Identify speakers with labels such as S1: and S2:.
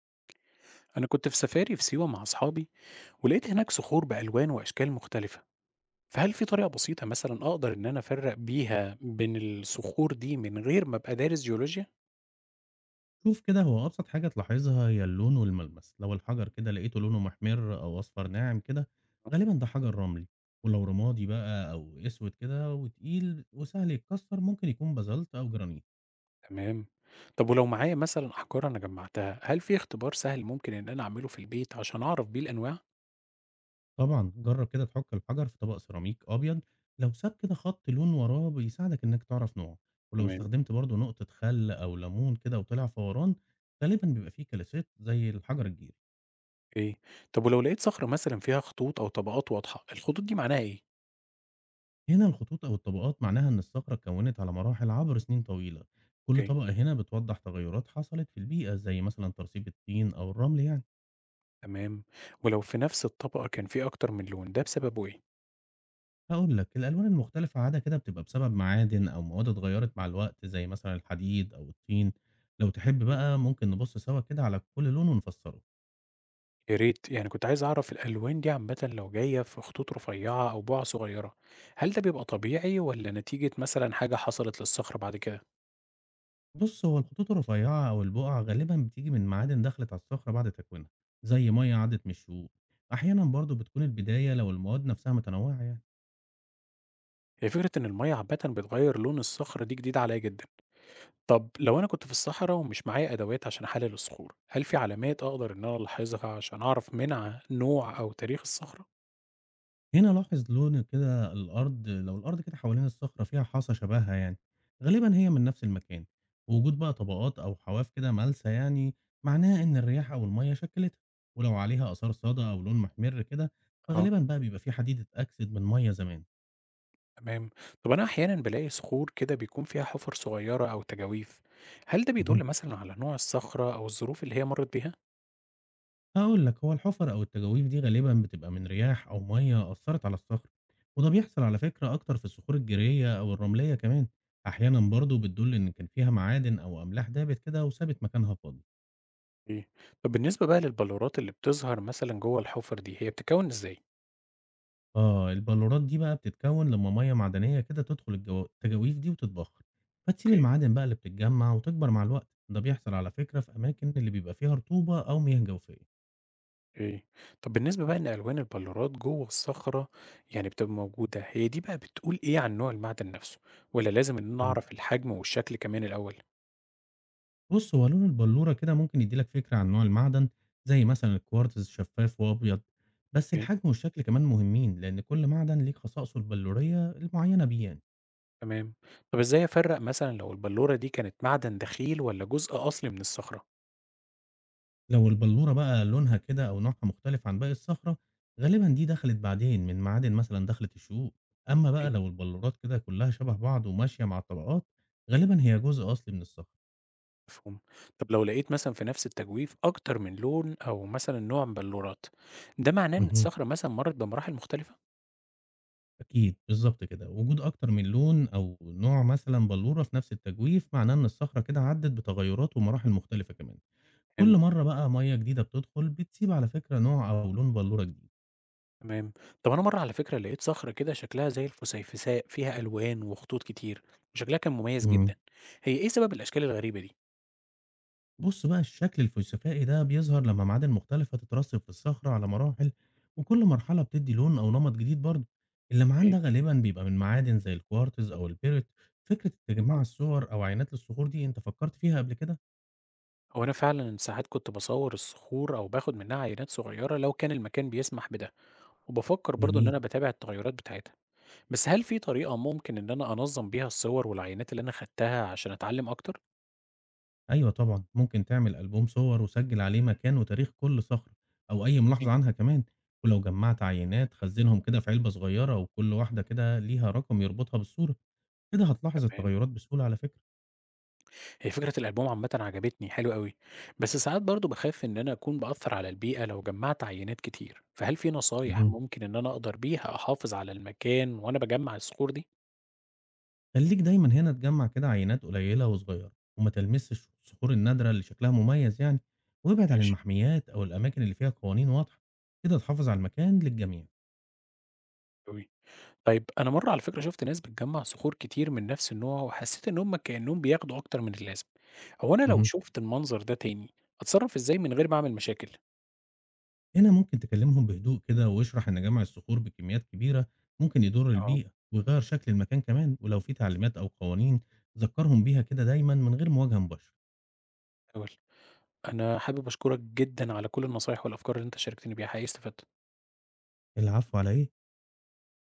S1: أنا كنت في سفاري في سيوة مع أصحابي، ولقيت هناك صخور بألوان وأشكال مختلفة. فهل في طريقة بسيطة مثلا أقدر إن أنا أفرق بيها بين الصخور دي من غير ما أبقى دارس جيولوجيا؟
S2: شوف كده، هو أبسط حاجة تلاحظها هي اللون والملمس. لو الحجر كده لقيته لونه محمر أو أصفر ناعم كده، غالبا ده حجر رملي. ولو رمادي بقى أو أسود كده وتقيل وسهل يتكسر، ممكن يكون بازلت أو جرانيت.
S1: تمام. طب ولو معايا مثلا أحجار أنا جمعتها، هل في اختبار سهل ممكن إن أنا أعمله في البيت عشان أعرف بيه الأنواع؟
S2: طبعا جرب كده تحك الحجر في طبق سيراميك أبيض، لو ساب كده خط لون وراه بيساعدك إنك تعرف نوعه. ولو
S1: تمام.
S2: استخدمت برضه نقطة خل أو ليمون كده وطلع فوران، غالبا بيبقى فيه كالسيت زي الحجر الجيري.
S1: إيه. طب ولو لقيت صخرة مثلا فيها خطوط أو طبقات واضحة، الخطوط دي معناها إيه؟
S2: هنا الخطوط أو الطبقات معناها إن الصخرة اتكونت على مراحل عبر سنين طويلة. كل
S1: أوكي.
S2: طبقة هنا بتوضح تغيرات حصلت في البيئة، زي مثلا ترسيب الطين أو الرمل يعني.
S1: تمام. ولو في نفس الطبقة كان في أكتر من لون، ده بسببه إيه؟
S2: هقول لك الألوان المختلفة عادة كده بتبقى بسبب معادن أو مواد اتغيرت مع الوقت، زي مثلا الحديد أو الطين. لو تحب بقى ممكن نبص سوا كده على كل لون ونفسره.
S1: يا ريت. يعني كنت عايز أعرف الألوان دي عامةً لو جاية في خطوط رفيّعة أو بُقع صغيّرة، هل ده بيبقى طبيعي والّا نتيجة مثلًا حاجة حصلت للصخر بعد كده؟
S2: بص، هو الخطوط الرفيعة أو البقع غالبا بتيجي من معادن دخلت على الصخرة بعد تكوينها، زي مية عدت من الشقوق. أحيانا برضو بتكون البداية لو المواد نفسها متنوعة يعني.
S1: هي فكرة إن المَيّة عامةً بتغيّر لون الصخر دي جديدة عليّا جدًا. طب لو أنا كنت في الصحرا ومش معايا أدوات عشان أحلل الصخور، هل في علامات أقدر إن أنا ألاحظها عشان أعرف منع نوع أو تاريخ الصخرة؟
S2: هنا لاحظ لون كده الأرض، لو الأرض كده حوالين الصخرة فيها حصى شبهها يعني، غالبا هي من نفس المكان. ووجود بقى طبقات أو حواف كده ملسة يعني، معناها إن الرياح أو المية شكلتها. ولو عليها آثار صدى أو لون محمر كده،
S1: آه،
S2: فغالبا بقى بيبقى فيه حديد اتأكسد من مية زمان.
S1: تمام. طب أنا أحيانًا بالاقي صخور كده بيكون فيها حفر صغيّرة أو تجاويف، هل ده بيدل
S2: مهم.
S1: مثلًا على نوع الصخرة أو الظروف اللي هي مرّت بيها؟
S2: هقول لك، هو الحفر أو التجاويف دي غالبا بتبقى من رياح أو مية أثرت على الصخرة، وده بيحصل على فكرة أكتر في الصخور الجيرية أو الرملية كمان. أحيانا برضه بتدل إن كان فيها معادن أو أملاح دابت كده وسابت مكانها فاضي.
S1: إيه. طب بالنسبة بقى للبلورات اللي بتظهر مثلًا جوّه الحُفَر دي، هي بتتكوّن إزاي؟
S2: آه، البلورات دي بقى بتتكون لمّا مَيّة معدنية كده تدخل الجو التجاويف دي وتتبخر، فتسيب
S1: أوكي.
S2: المعادن بقى اللي بتتجمّع وتكبر مع الوقت. ده بيحصل على فكرة في أماكن اللي بيبقى فيها رطوبة أو مياه جوفية.
S1: إيه. طب بالنسبة بقى إن ألوان البلورات جوّه الصخرة يعني بتبقى موجودة، هي دي بقى بتقول إيه عن نوع المعدن نَفْسه والّا لازم إن أنا
S2: إمم.
S1: أعرف الحجم والشكل كمان الأول؟
S2: بُص، هو لون البلورة كده ممكن يدّي لك فكرة عن نوع المعدن، زي مثلًا الكوارتز شفاف وأبيض، بس
S1: أوكي.
S2: الحجم والشكل كمان مهمين، لأن كل معدن ليه خصائصه البلورية المعينة بيه يعني.
S1: تمام. طب إزاي أفرّق مثلًا لو البلورة دي كانت معدن دخيل والّا جزء أصلي من الصخرة؟
S2: لو البلورة بقى لونها كده أو نوعها مختلف عن باقي الصخرة، غالبا دي دخلت بعدين من معادن مثلا دخلت الشقوق. أما بقى
S1: أوكي.
S2: لو البلورات كده كلها شبه بعض وماشية مع الطبقات، غالبا هي جزء أصلي من الصخرة.
S1: مفهوم. طب لو لقيت مثلًا في نَفْس التجويف أكتر من لون أو مثلًا نوع من بلورات، ده معناه إن
S2: مهم.
S1: الصخرة مثلًا مرّت بمراحل مختلفة؟
S2: أكيد بالظبط كده، وجود أكتر من لون أو نوع مثلا بلورة في نفس التجويف معناه إن الصخرة كده عدت بتغيرات ومراحل مختلفة كمان. كل
S1: فهمت.
S2: مرة بقى مية جديدة بتدخل بتسيب على فكرة نوع أو لون بلورة
S1: تمام. طب انا مره على فكره لقيت صخره كده شكلها زي الفسيفساء فيها الوان وخطوط كتير، وشكلها كان مميز جدا.
S2: جديد.
S1: هي ايه سبب الاشكال الغريبه دي؟
S2: بُص بقى، الشكل الفسفائي ده بيظهر لمّا معادن مختلفة تترسب في الصخرة على مراحل، وكل مرحلة بتدي لون أو نمط جديد برضه. اللمعان
S1: ايه.
S2: ده غالبًا بيبقى من معادن زي الكوارتز أو البيريت. فكرة تجميع
S1: آه.
S2: الصور أو عينات للصخور دي أنت فكرت فيها قبل كده؟
S1: هو انا فعلا ساعات كنت بصور الصخور او باخد منها عينات صغيره لو كان المكان بيسمح بده، وبفكر برضو ان
S2: جميل.
S1: انا بتابع التغيرات بتاعتها. بس هل في طريقه ممكن ان انا انظم بيها الصور والعينات اللي انا خدتها عشان اتعلم اكتر؟
S2: أيوه طبعًا، ممكن تعمل ألبوم صور وسجل عليه مكان وتاريخ كل صخرة أو أي
S1: إيه؟
S2: ملاحظة عنها كمان. ولو جمعت عينات خزنهم كده في علبة صغيرة وكل واحدة كده ليها رقم يربطها بالصورة، كده هتلاحظ
S1: تمام.
S2: التغيرات بسهولة على فكرة.
S1: هي فكرة الألبوم عامةً عجبتني، حلوة أوي، بس ساعات برضه باخاف إن أنا أكون بأثّر على البيئة لو جمّعت عينات كتير، فهل في نصايح
S2: مهم.
S1: ممكن إن أنا أقدر بيها أحافظ على المكان وأنا باجمّع الصخور دي؟
S2: خليك دايما هنا تجمع كده عينات قليلة وصغيرة، وما تلمسش الصخور النادرة اللي شكلها مميز يعني، وابعد عن
S1: ماشي.
S2: المحميات أو الأماكن اللي فيها قوانين واضحة. كده تحافظ على المكان للجميع.
S1: أوي. طيب أنا مرّة على فكرة شُفت ناس بتجمّع صخور كتير من نفس النوع وحسيت إن هُم كإنّهم بياخدوا أكتر من اللازم، هو أنا لو
S2: مهم.
S1: شُفت المنظر ده تاني أتصرّف إزاي من غير ما أعمل مشاكل؟
S2: هنا ممكن تكلمهم بهدوء كده واشرح إن جمع الصخور بكميات كبيرة ممكن يضر
S1: آه.
S2: البيئة ويغير شكل المكان كمان. ولو في تعليمات أو قوانين ذكرهم بيها كده دايما من غير مواجهة مباشرة.
S1: أوي. أنا حابب أشكرك جدًا على كل النصايح والأفكار اللي أنت شاركتني بيها، حقيقي استفدت.
S2: العفو على إيه؟